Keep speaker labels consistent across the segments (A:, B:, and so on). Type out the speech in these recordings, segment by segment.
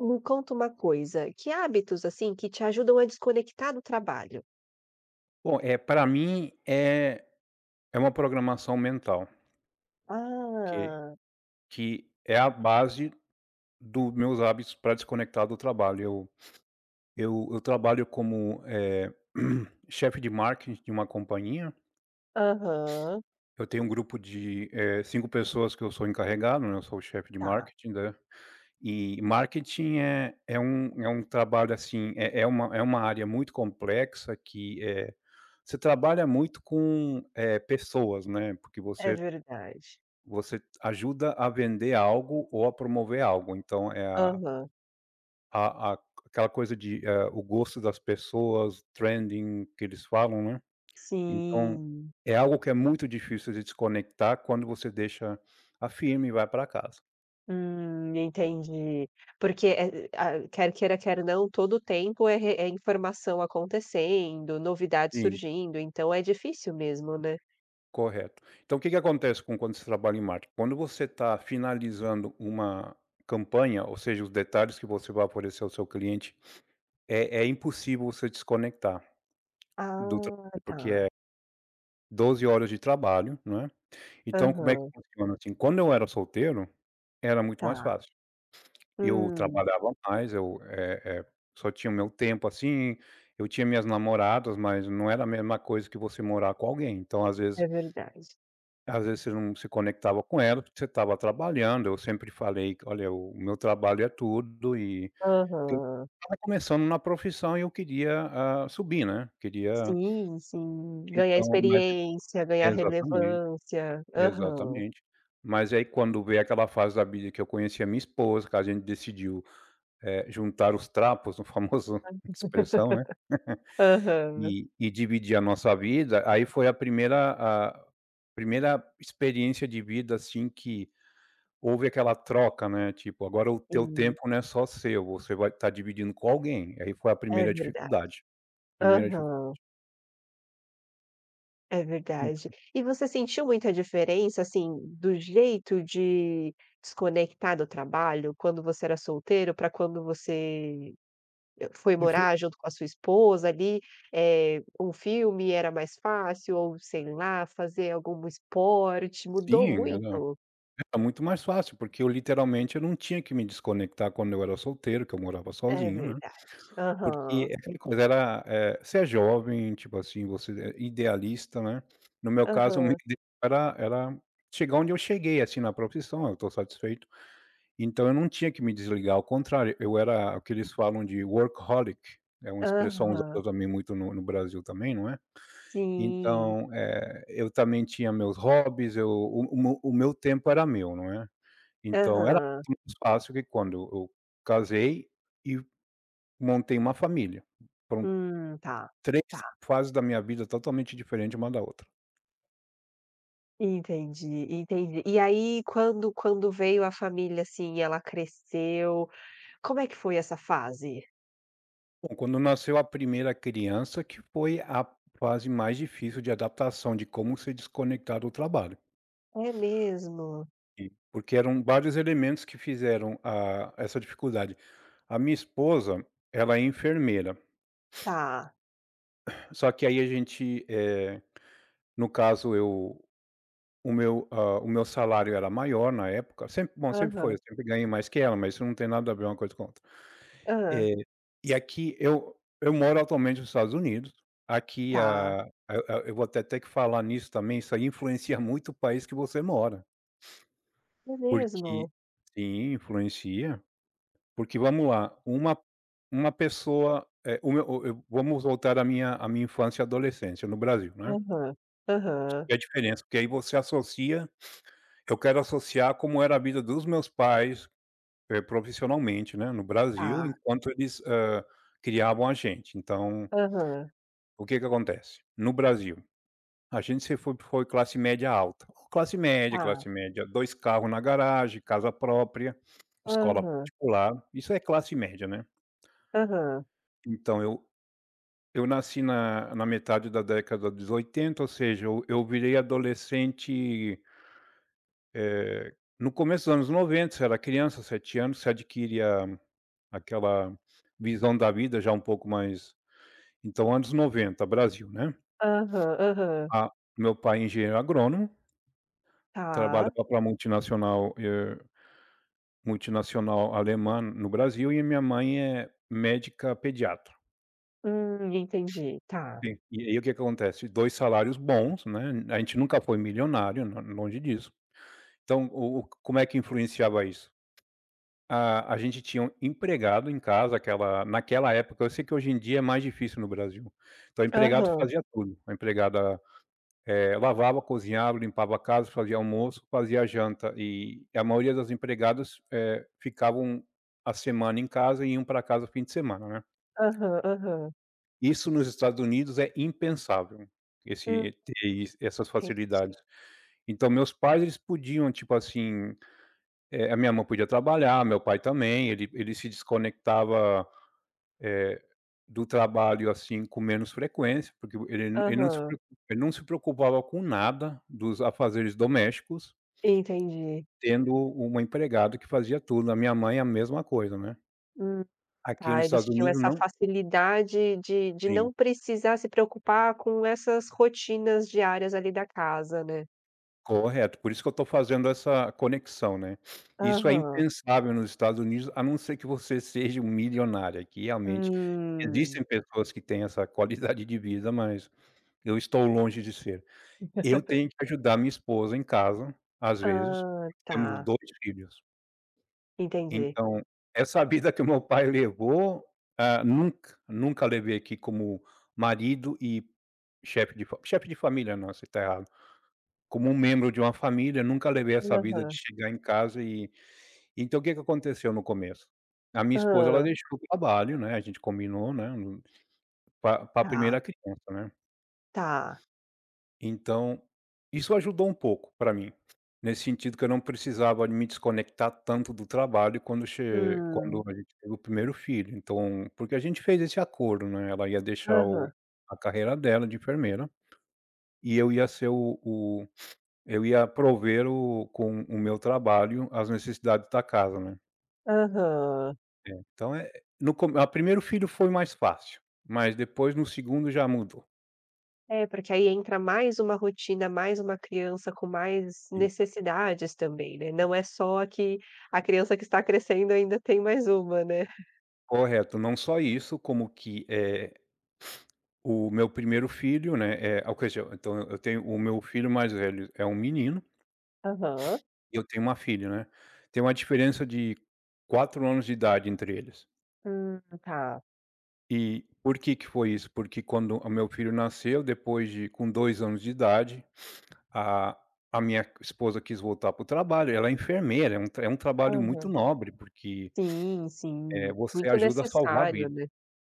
A: Me conta uma coisa, que hábitos, assim, que te ajudam a desconectar do trabalho?
B: Bom, para mim é uma programação mental, que
A: Ah.
B: que é a base do meus hábitos para desconectar do trabalho. Eu trabalho como, chefe de marketing de uma companhia.
A: Aham.
B: Eu tenho um grupo de, 5 pessoas que eu sou encarregado, né, eu sou o chefe de
A: Tá,
B: marketing, né. E marketing é um trabalho, assim, é uma área muito complexa que, você trabalha muito com, pessoas, né, porque
A: é verdade.
B: você ajuda a vender algo ou a promover algo, então é
A: Aham.
B: a aquela coisa de, o gosto das pessoas, trending que eles falam, né. Então,
A: Sim,
B: é algo que é muito difícil de desconectar quando você deixa a firma e vai para casa.
A: entendi. Porque, ah, quer queira, quer não, todo o tempo é re é informação acontecendo, novidades
B: Sim,
A: surgindo, então é difícil mesmo, né?
B: correto. Então o que que acontece com quando você trabalha em marketing? Quando você está finalizando uma campanha, ou seja, os detalhes que você vai oferecer ao seu cliente, é impossível você desconectar do
A: Ah,
B: trabalho, porque é
A: tá.
B: 12 horas de trabalho, né. Então como é que
A: Aham,
B: funciona, assim, quando eu era solteiro, era muito mais
A: tá.
B: fácil. Eu
A: Hum,
B: trabalhava mais, só tinha o meu tempo, assim, eu tinha minhas namoradas, mas não era a mesma coisa que você morar com alguém. Então
A: é verdade.
B: às vezes você não se conectava com ela, porque você estava trabalhando. Eu sempre falei: que "Olha, o meu trabalho é tudo", porque eu
A: Aham.
B: estava começando na profissão e eu queria, subir, né, queria
A: Sim, sim. Ganhar
B: então mas
A: experiência, ganhar
B: exatamente.
A: relevância. Aham.
B: Exatamente. Mas aí quando veio aquela fase da vida que eu conheci a minha esposa, que a gente decidiu, juntar os trapos, no famoso expressão, né,
A: Aham.
B: e dividir a nossa vida. Aí foi a primeira experiência de vida, assim, que houve aquela troca, né, tipo: "Agora o teu
A: Sim,
B: tempo não é só seu, você vai estar dividindo com alguém". Aí foi a
A: é
B: primeira
A: verdade.
B: dificuldade, primeira dificu
A: Aham, é verdade. E você sentiu muita diferença, assim, do jeito de desconectar do trabalho quando você era solteiro para quando você, foi morar junto com a sua esposa ali? Um filme era mais fácil ou, sei lá, fazer algum esporte, mudou
B: Sim, era
A: muito?
B: tá muito mais fácil, porque eu literalmente eu não tinha que me desconectar quando eu era solteiro, que eu morava
A: É
B: sozinho, né,
A: verdade.
B: porque
A: Aham.
B: é aquela coisa, era, você é jovem, tipo assim, você é idealista, né. No meu caso, o meu
A: Aham,
B: ideal era chegar onde eu cheguei, assim, na profissão. Eu tô satisfeito, então eu não tinha que me desligar. Ao contrário, eu era o que eles falam de workaholic, é uma expressão
A: aham,
B: usada também muito no Brasil também, não é.
A: sim,
B: Então, eu também tinha meus hobbies, eu o meu tempo era meu, não é. Então era
A: aham,
B: muito mais fácil que quando eu casei e montei uma família. Foram
A: tá,
B: 3
A: tá,
B: fases da minha vida totalmente diferentes uma da outra.
A: entendi, entendi. E aí quando veio a família, assim, e ela cresceu, como é que foi essa fase?
B: Bom, quando nasceu a primeira criança, que foi a fase mais difícil de adaptação de como se desconectar do trabalho,
A: É mesmo?
B: porque eram vários elementos que fizeram a essa dificuldade. A minha esposa, ela é enfermeira,
A: Tá,
B: só que aí a gente, eh, no caso eu O meu, ah, o meu salário era maior na época, sempre bom, sempre foi, eu
A: aham,
B: sempre ganhei mais que ela, mas isso não tem nada a ver uma coisa com a outra.
A: hã,
B: Eh, e aqui eu moro atualmente nos Estados Unidos. Aqui
A: tá,
B: a eu vou até ter que falar nisso também. Isso aí influencia muito o país que você mora,
A: é
B: porque
A: mesmo?
B: sim, influencia, porque vamos lá, uma pessoa, eh, o meu o eu vamos voltar à minha infância e adolescência no Brasil, né,
A: Aham, aham,
B: e a diferença, porque aí você associa eu quero associar como era a vida dos meus pais, profissionalmente, né, no Brasil,
A: tá,
B: enquanto eles, criavam a gente. Então,
A: aham,
B: o que que acontece? No Brasil, a gente se foi classe média alta, classe média,
A: tá,
B: classe média. Dois carros na garagem, casa própria, escola
A: aham,
B: particular, isso é classe média, né.
A: aham,
B: Então eu nasci na metade da década dos 80, ou seja, eu virei adolescente no começo dos anos 90. Você era criança, 7 anos, você adquire a Aquela visão da vida já um pouco mais, então anos 90 Brasil, né.
A: aham, aham,
B: Ah, meu pai é engenheiro agrônomo,
A: tá,
B: trabalhava para multinacional, alemã no Brasil, e minha mãe é médica pediatra.
A: entendi, tá,
B: Sim. E aí o que acontece? Dois salários bons, né, a gente nunca foi milionário, lo longe disso. Então o como é que influenciava isso? A gente tinha um empregado em casa aquela naquela época. Eu sei que hoje em dia é mais difícil no Brasil. Então a empregado
A: aham,
B: fazia tudo, a empregada, lavava, cozinhava, limpava a casa, fazia almoço, fazia a janta, e a maioria das empregadas, ficavam a semana em casa e iam para casa no fim de semana, né.
A: aham, aham,
B: Isso nos Estados Unidos é impensável,
A: hum.
B: ter is essas
A: Entendi.
B: facilidades. Então meus pais, eles podiam, tipo assim, a minha mãe podia trabalhar, meu pai também, ele se desconectava do trabalho, assim, com menos frequência, porque
A: Aham.
B: ele não se preocupava com nada dos afazeres domésticos,
A: Entendi.
B: tendo uma empregada que fazia tudo. A minha mãe é a mesma coisa, né.
A: Hum,
B: Aqui
A: tá,
B: nos
A: eles
B: Estados
A: tinham
B: Unidos
A: essa
B: não.
A: facilidade de
B: Sim,
A: não precisar se preocupar com essas rotinas diárias ali da casa, né.
B: correto. Por isso que eu estou fazendo essa conexão, né. Isso é
A: Aham.
B: impensável nos Estados Unidos, a não ser que você seja um milionário. Aqui realmente
A: Hum.
B: existem pessoas que têm essa qualidade de vida, mas eu estou longe de ser. Eu tenho que ajudar minha esposa em casa, às vezes,
A: Ah,
B: temos
A: tá.
B: 2 filhos.
A: Entendi.
B: Então, essa vida que o meu pai levou, nunca, nunca levei aqui como marido e chefe de família. Não, você está errado. Como um membro de uma família, nunca levei essa vida de
A: Aham.
B: chegar em casa e... Então, o que que aconteceu no começo? A minha esposa, ela
A: Hã.
B: deixou o trabalho, né, a gente combinou, né, para a
A: Tá,
B: primeira criança, né.
A: tá.
B: Então, isso ajudou um pouco para mim, nesse sentido que eu não precisava me desconectar tanto do trabalho quando
A: Hum.
B: a gente teve o primeiro filho, então porque a gente fez esse acordo, né. Ela ia deixar o
A: Aham.
B: a carreira dela de enfermeira, e eu ia prover o com o meu trabalho as necessidades da casa, né.
A: Aham.
B: Então é no come a primeiro filho foi mais fácil, mas depois no segundo já mudou.
A: É, porque aí entra mais uma rotina, mais uma criança com mais necessidades também, né, não é só a criança que está crescendo ainda tem mais uma, né.
B: Correto, não só isso, como que, o meu primeiro filho, né, ou seja, então eu tenho, o meu filho mais velho é um menino
A: Aham.
B: e eu tenho uma filha, né. Tem uma diferença de 4 anos de idade entre eles.
A: Tá.
B: E por que que foi isso? Porque quando o meu filho nasceu, depois de com 2 anos de idade, a a minha esposa quis voltar para o trabalho. Ela é enfermeira, é um trabalho muito
A: Aham.
B: nobre, porque,
A: Sim, sim.
B: você
A: Muito
B: ajuda a salvar
A: necessário,
B: vidas.
A: né.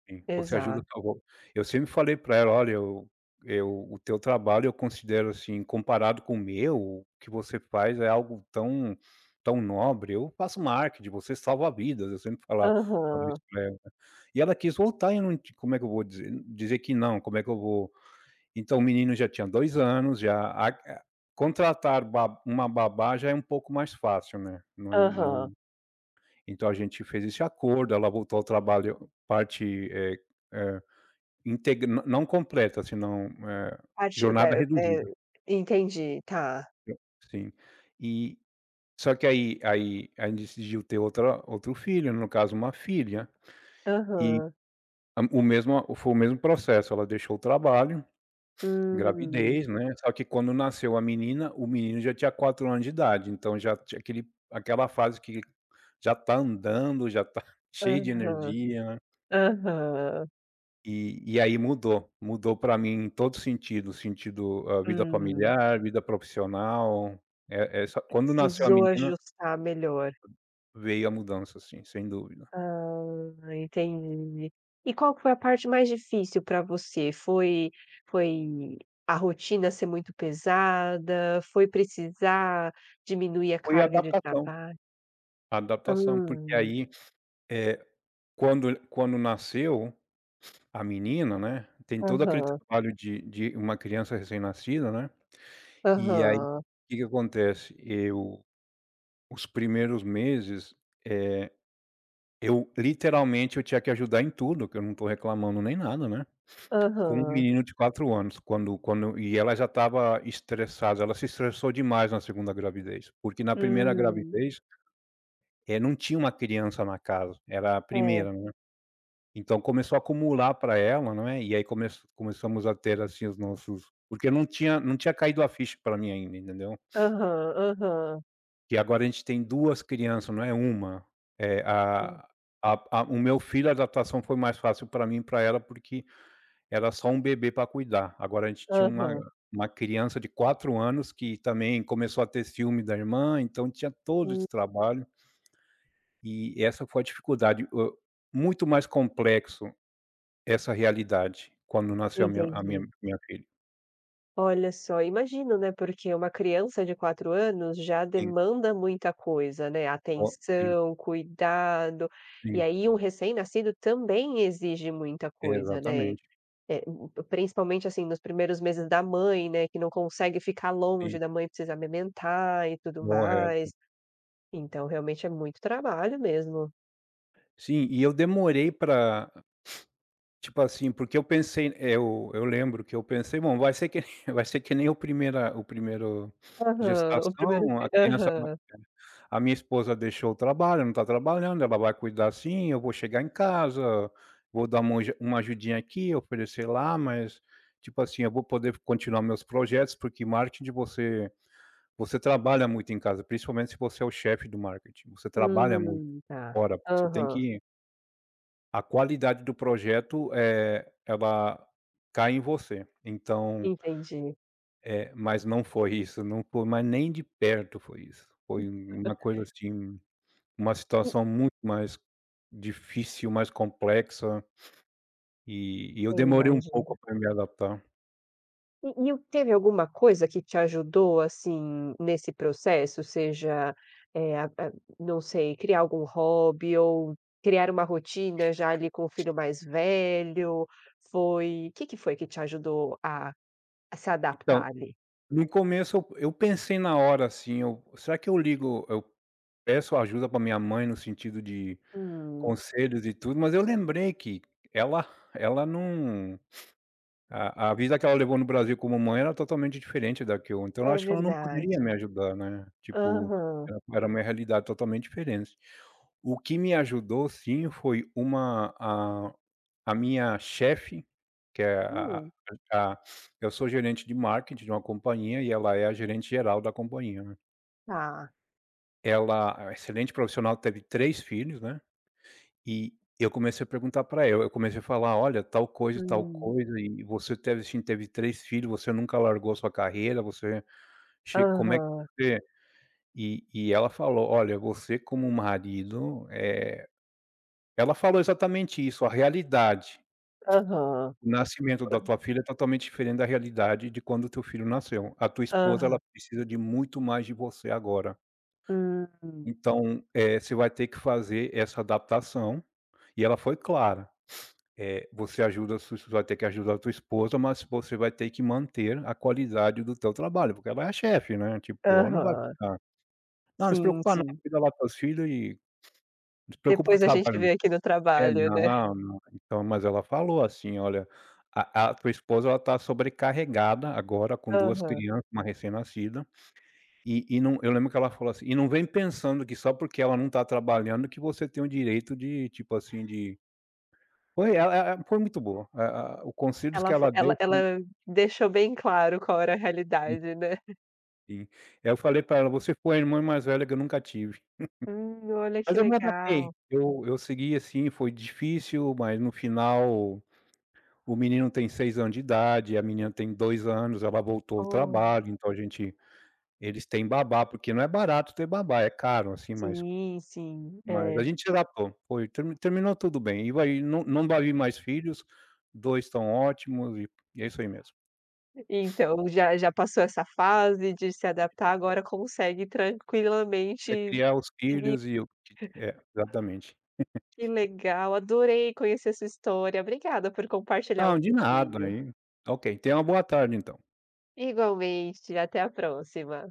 B: Sim, você ajuda,
A: Exato.
B: tal qual eu sempre falei para ela: "Olha, eu o teu trabalho eu considero, assim, comparado com o meu, o que você faz é algo tão nobre. Eu faço marketing, você salva vidas", eu sempre falava
A: Aham,
B: isso pra ela. E ela quis voltar, e eu não enti como é que eu vou dizer que não, como é que eu vou... Então o menino já tinha 2 anos, já a contratar ba uma babá já é um pouco mais fácil, né, não é, não.
A: aham.
B: Então a gente fez esse acordo, ela voltou ao trabalho parte, eh eh Integ não, completa, senão,
A: Parti
B: jornada
A: eh eh,
B: reduzida,
A: entendi, tá.
B: sim. E só que aí decidiu ter outra outro filho, no caso uma filha, e
A: Aham.
B: a o mesmo foi o mesmo processo. Ela deixou o trabalho,
A: Hum.
B: gravidez, né, só que quando nasceu a menina, o menino já tinha 4 anos de idade, então já tinha aquele aquela fase que já tá andando, já tá cheio de
A: Aham,
B: energia, né.
A: aham.
B: E aí mudou, para mim em todo sentido, vida
A: Hum.
B: familiar, vida profissional, essa quando nasceu a
A: Precisou
B: menina,
A: ajustar melhor.
B: veio a mudança, assim, sem dúvida.
A: Ah, entendi. E qual que foi a parte mais difícil para você? Foi a rotina ser muito pesada? Foi precisar diminuir a
B: Foi
A: carga de
B: adaptação,
A: trabalho?
B: adaptação, porque
A: Hum.
B: aí, eh, quando nasceu a menina, né, tem todo aquele
A: Aham,
B: trabalho de uma criança recém-nascida, né, e aí o
A: aham,
B: que que acontece, eu os primeiros meses, eh, eu literalmente eu tinha que ajudar em tudo, que eu não tô reclamando nem nada, né. Com um
A: aham.
B: menino de 4 anos, quando quando e ela já estava estressada. Ela se estressou demais na segunda gravidez, porque na primeira
A: Hum.
B: gravidez, não tinha uma criança na casa, era a
A: É.
B: primeira, né. Então começou a acumular para ela, não é, e aí começamos a ter, assim, os nossos porque não tinha caído a ficha pra mim ainda, entendeu.
A: Aham, aham.
B: Que agora a gente tem 2 crianças, não é uma, é
A: Sim.
B: a o meu filho, a adaptação foi mais fácil para mim e pra ela, porque era só um bebê para cuidar. Agora a gente tinha uma
A: Aham.
B: uma criança de 4 anos que também começou a ter ciúme da irmã, então tinha todo
A: Hum,
B: esse trabalho, e essa foi a dificuldade, muito mais complexo essa realidade quando nasceu a minha a minha
A: entendi.
B: minha filha.
A: Olha só, imagino, né, porque uma criança de 4 anos já
B: Sim,
A: demanda muita coisa, né,
B: co sim,
A: atenção, cuidado, e
B: sim,
A: aí um recém-nascido também exige muita coisa, né,
B: exatamente,
A: eh, principalmente, assim, nos primeiros meses da mãe, né, que não consegue ficar
B: sim,
A: longe da mãe, precisa amamentar e tudo
B: correto.
A: mais, então realmente é muito trabalho mesmo.
B: Sim, e eu demorei para... Tipo assim, porque eu pensei eu lembro que eu pensei: "Bom, vai ser que vai ser que nem o primeiro
A: Aham, o primeiro
B: gestação, a
A: fi
B: criança vai...
A: aham.
B: A minha esposa deixou o trabalho, não está trabalhando, ela vai cuidar assim, eu vou chegar em casa, vou dar uma ajudinha aqui, oferecer lá, mas, tipo assim, eu vou poder continuar meus projetos", porque marketing você trabalha muito em casa, principalmente se você é o chefe do marketing, você trabalha muito
A: Tá.
B: fora, porque você tem
A: Aham,
B: que... a qualidade do projeto, ela cai em você. Então,
A: entendi.
B: mas não foi isso, não foi, mas nem de perto foi isso. Foi uma coisa assim, uma situação muito mais difícil, mais complexa, e eu demorei um
A: Imagino.
B: pouco para me adaptar.
A: E teve alguma coisa que te ajudou, assim, nesse processo? Seja, a não sei, criar algum hobby ou criar uma rotina já ali com o filho mais velho? Foi O que que foi que te ajudou a se
B: Então,
A: adaptar ali?
B: no começo eu pensei na hora assim, eu será que eu ligo, eu peço ajuda para minha mãe no sentido de
A: Hum,
B: conselhos e tudo, mas eu lembrei que ela... ela não... A a vida que ela levou no Brasil como mãe era totalmente diferente da que eu... Então eu
A: é
B: acho que ela não poderia
A: verdade.
B: me ajudar, né, tipo,
A: Aham.
B: era uma realidade totalmente diferente. O que me ajudou, sim, foi uma a minha chefe, que é
A: Hum.
B: a eu sou gerente de marketing de uma companhia e ela é a gerente geral da companhia, né.
A: Tá.
B: Ela é excelente profissional, teve 3 filhos, né. E eu comecei a perguntar para ela, eu comecei a falar: "Olha, tal
A: Hum.
B: coisa, e você teve sim, teve 3 filhos, você nunca largou sua carreira, você... che como é que
A: Aham,
B: você...", e ela falou: "Olha, você como marido", ela falou exatamente isso, a realidade,
A: aham,
B: o nascimento da tua filha é totalmente diferente da realidade de quando o teu filho nasceu. A tua esposa, ela
A: aham.
B: precisa de muito mais de você agora.
A: Hum,
B: Então, você vai ter que fazer essa adaptação, e ela foi clara, você ajuda... a su você vai ter que ajudar a tua esposa, mas você vai ter que manter a qualidade do teu trabalho, porque ela é a chefe, né, tipo, ela não vai
A: aham.
B: ficar: "Não, não se
A: Sim,
B: preocupa não,
A: sim.
B: cuida lá dos teus filhos e não se preocupa com o
A: Depois a gente
B: trabalho não".
A: vê aqui no
B: É,
A: trabalho, né.
B: não, não. Então, mas ela falou assim: "Olha, a tua esposa, ela tá sobrecarregada agora com 2
A: Aham.
B: crianças, uma recém-nascida". E não, eu lembro que ela falou assim: "E não vem pensando que só porque ela não tá trabalhando que você tem o direito de, tipo assim, de..." Foi... ela foi muito boa, a o conselhos que
A: Ela fo
B: ela
A: ela
B: deu
A: ela
B: foram...
A: deixou bem claro qual era a realidade, né.
B: enfim. Eu falei pra ela: "Você foi a irmã mais velha que eu nunca tive".
A: Olha
B: Mas
A: que
B: eu me adaptei,
A: legal.
B: eu segui assim, foi difícil, mas no final o menino tem 6 anos de idade, a menina tem 2 anos, ela voltou ao
A: Olha.
B: trabalho, então a gente... eles têm babá, porque não é barato ter babá, é caro assim, mas...
A: Sim, sim,
B: Mas a
A: é.
B: gente se adaptou, foi, terminou tudo bem, e vai... não vai vir mais filhos, 2 estão ótimos e é isso aí mesmo.
A: Então já já passou essa fase de se adaptar, agora consegue
B: É
A: tranquilamente
B: criar os
A: seguir.
B: filhos e o que é, exatamente.
A: Que legal, adorei conhecer sua história. Obrigada por compartilhar um
B: Não, de nada,
A: pouquinho.
B: aí ok, tenha uma boa tarde então.
A: Igualmente, até a próxima.